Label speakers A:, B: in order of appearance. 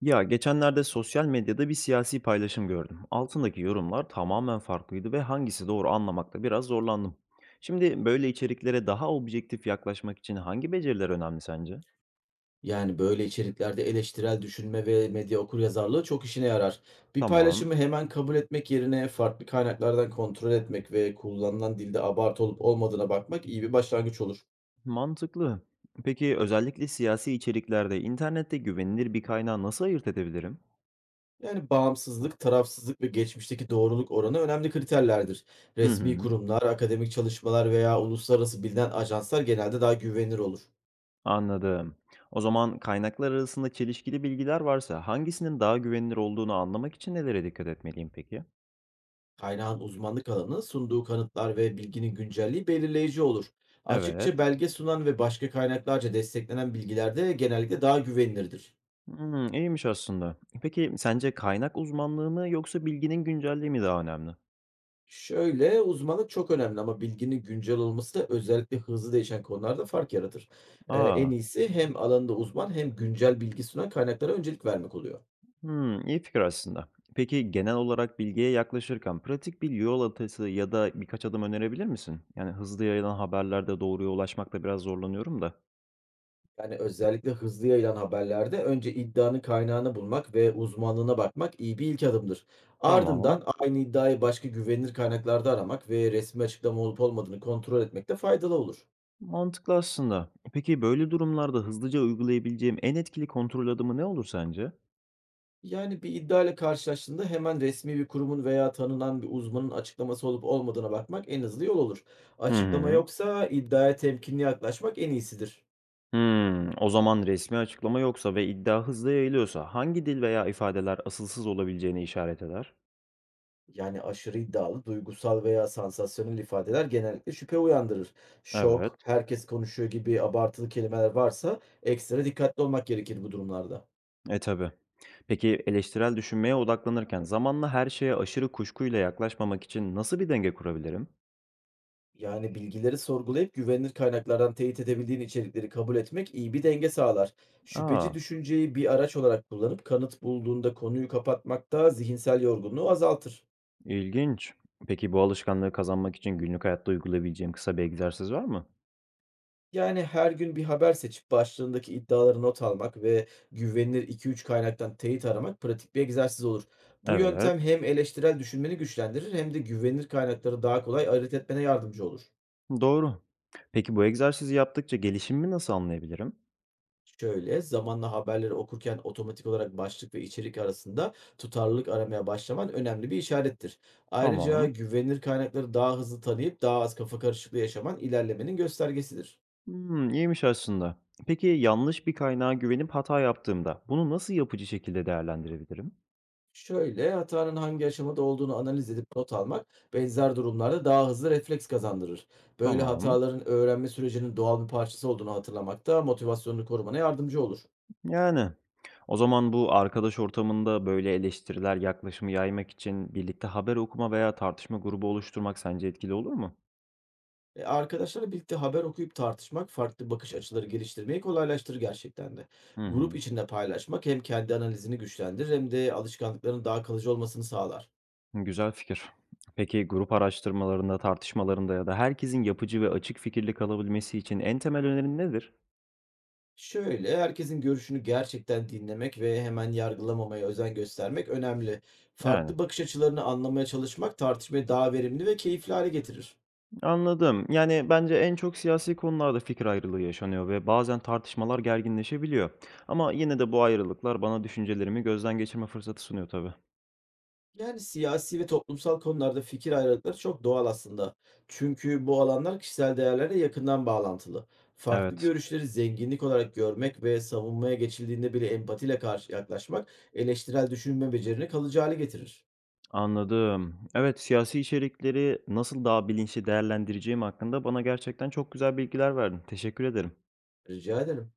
A: Ya geçenlerde sosyal medyada bir siyasi paylaşım gördüm. Altındaki yorumlar tamamen farklıydı ve hangisi doğru anlamakta biraz zorlandım. Şimdi böyle içeriklere daha objektif yaklaşmak için hangi beceriler önemli sence?
B: Yani, böyle içeriklerde eleştirel düşünme ve medya okuryazarlığı çok işine yarar. Bir
A: Tamam,
B: paylaşımı hemen kabul etmek yerine farklı kaynaklardan kontrol etmek ve kullanılan dilde abartı olup olmadığına bakmak iyi bir başlangıç olur.
A: mantıklı. Peki özellikle siyasi içeriklerde internette güvenilir bir kaynağı nasıl ayırt edebilirim?
B: Yani bağımsızlık, tarafsızlık ve geçmişteki doğruluk oranı önemli kriterlerdir.
A: Hı
B: Resmi
A: hı,
B: kurumlar, akademik çalışmalar veya uluslararası bilinen ajanslar genelde daha güvenilir olur.
A: anladım. O zaman kaynaklar arasında çelişkili bilgiler varsa hangisinin daha güvenilir olduğunu anlamak için nelere dikkat etmeliyim peki?
B: Kaynağın uzmanlık alanı, sunduğu kanıtlar ve bilginin güncelliği belirleyici olur. Açıkça
A: Evet.
B: belge sunan ve başka kaynaklarca desteklenen bilgiler de genellikle daha güvenilirdir.
A: Hmm, iyiymiş aslında. Peki sence kaynak uzmanlığı mı yoksa bilginin güncelliği mi daha önemli?
B: Şöyle, uzmanlık çok önemli ama bilginin güncel olması da özellikle hızlı değişen konularda fark yaratır. En
A: Aa,
B: iyisi hem alanında uzman hem güncel bilgi sunan kaynaklara öncelik vermek oluyor.
A: hmm, iyi fikir aslında. Peki genel olarak bilgiye yaklaşırken pratik bir yol haritası ya da birkaç adım önerebilir misin? Yani hızlı yayılan haberlerde doğruya ulaşmakta biraz zorlanıyorum da.
B: Yani, özellikle hızlı yayılan haberlerde önce iddianın kaynağını bulmak ve uzmanlığına bakmak iyi bir ilk adımdır.
A: Tamam,
B: Ardından aynı iddiayı başka güvenilir kaynaklarda aramak ve resmi açıklama olup olmadığını kontrol etmek de faydalı olur.
A: mantıklı aslında. Peki böyle durumlarda hızlıca uygulayabileceğim en etkili kontrol adımı ne olur sence?
B: Yani bir iddia ile karşılaştığında hemen resmi bir kurumun veya tanınan bir uzmanın açıklaması olup olmadığına bakmak en hızlı yol olur.
A: Hı
B: Açıklama
A: hı.
B: yoksa iddiaya temkinli yaklaşmak en iyisidir.
A: Hımm. O zaman resmi açıklama yoksa ve iddia hızla yayılıyorsa hangi dil veya ifadeler asılsız olabileceğini işaret eder?
B: Yani aşırı iddialı, duygusal veya sansasyonel ifadeler genellikle şüphe uyandırır.
A: Evet.
B: Şok, herkes konuşuyor gibi abartılı kelimeler varsa ekstra dikkatli olmak gerekir bu durumlarda.
A: E, tabi. Peki eleştirel düşünmeye odaklanırken zamanla her şeye aşırı kuşkuyla yaklaşmamak için nasıl bir denge kurabilirim?
B: Yani bilgileri sorgulayıp güvenilir kaynaklardan teyit edebildiğin içerikleri kabul etmek iyi bir denge sağlar. Şüpheci
A: Aa,
B: düşünceyi bir araç olarak kullanıp kanıt bulduğunda konuyu kapatmak da zihinsel yorgunluğu azaltır.
A: ilginç. Peki bu alışkanlığı kazanmak için günlük hayatta uygulayabileceğim kısa bir egzersiz var mı?
B: Yani her gün bir haber seçip başlığındaki iddiaları not almak ve güvenilir 2-3 kaynaktan teyit aramak pratik bir egzersiz olur. Bu
A: Evet.
B: yöntem hem eleştirel düşünmeni güçlendirir hem de güvenilir kaynakları daha kolay ayırt etmene yardımcı olur.
A: Doğru. Peki bu egzersizi yaptıkça gelişimimi nasıl anlayabilirim?
B: Şöyle, zamanla haberleri okurken otomatik olarak başlık ve içerik arasında tutarlılık aramaya başlaman önemli bir işarettir. Ayrıca
A: Tamam.
B: güvenilir kaynakları daha hızlı tanıyıp daha az kafa karışıklığı yaşaman ilerlemenin göstergesidir.
A: Hımm, iyiymiş aslında. Peki, yanlış bir kaynağa güvenip hata yaptığımda bunu nasıl yapıcı şekilde değerlendirebilirim?
B: Şöyle, hatanın hangi aşamada olduğunu analiz edip not almak, benzer durumlarda daha hızlı refleks kazandırır. Böyle
A: Tamam.
B: hataların öğrenme sürecinin doğal bir parçası olduğunu hatırlamak da motivasyonunu korumana yardımcı olur.
A: Yani, o zaman bu arkadaş ortamında böyle eleştiriler yaklaşımı yaymak için birlikte haber okuma veya tartışma grubu oluşturmak sence etkili olur mu?
B: Arkadaşlarla birlikte haber okuyup tartışmak, farklı bakış açıları geliştirmeyi kolaylaştırır gerçekten de.
A: Hı
B: Grup
A: hı.
B: içinde paylaşmak hem kendi analizini güçlendirir hem de alışkanlıkların daha kalıcı olmasını sağlar.
A: Güzel fikir. Peki, grup araştırmalarında, tartışmalarında ya da herkesin yapıcı ve açık fikirli kalabilmesi için en temel önerin nedir?
B: Şöyle, herkesin görüşünü gerçekten dinlemek ve hemen yargılamamaya özen göstermek önemli.
A: Yani.
B: Farklı bakış açılarını anlamaya çalışmak tartışmayı daha verimli ve keyifli hale getirir.
A: Anladım. Yani bence en çok siyasi konularda fikir ayrılığı yaşanıyor ve bazen tartışmalar gerginleşebiliyor. Ama yine de bu ayrılıklar bana düşüncelerimi gözden geçirme fırsatı sunuyor tabii.
B: Yani siyasi ve toplumsal konularda fikir ayrılıkları çok doğal aslında. Çünkü bu alanlar kişisel değerlerle yakından bağlantılı. Farklı
A: Evet,
B: görüşleri zenginlik olarak görmek ve savunmaya geçildiğinde bile empatiyle karşı yaklaşmak eleştirel düşünme becerini kalıcı hale getirir.
A: anladım. Evet, siyasi içerikleri nasıl daha bilinçli değerlendireceğim hakkında bana gerçekten çok güzel bilgiler verdin. Teşekkür ederim.
B: Rica ederim.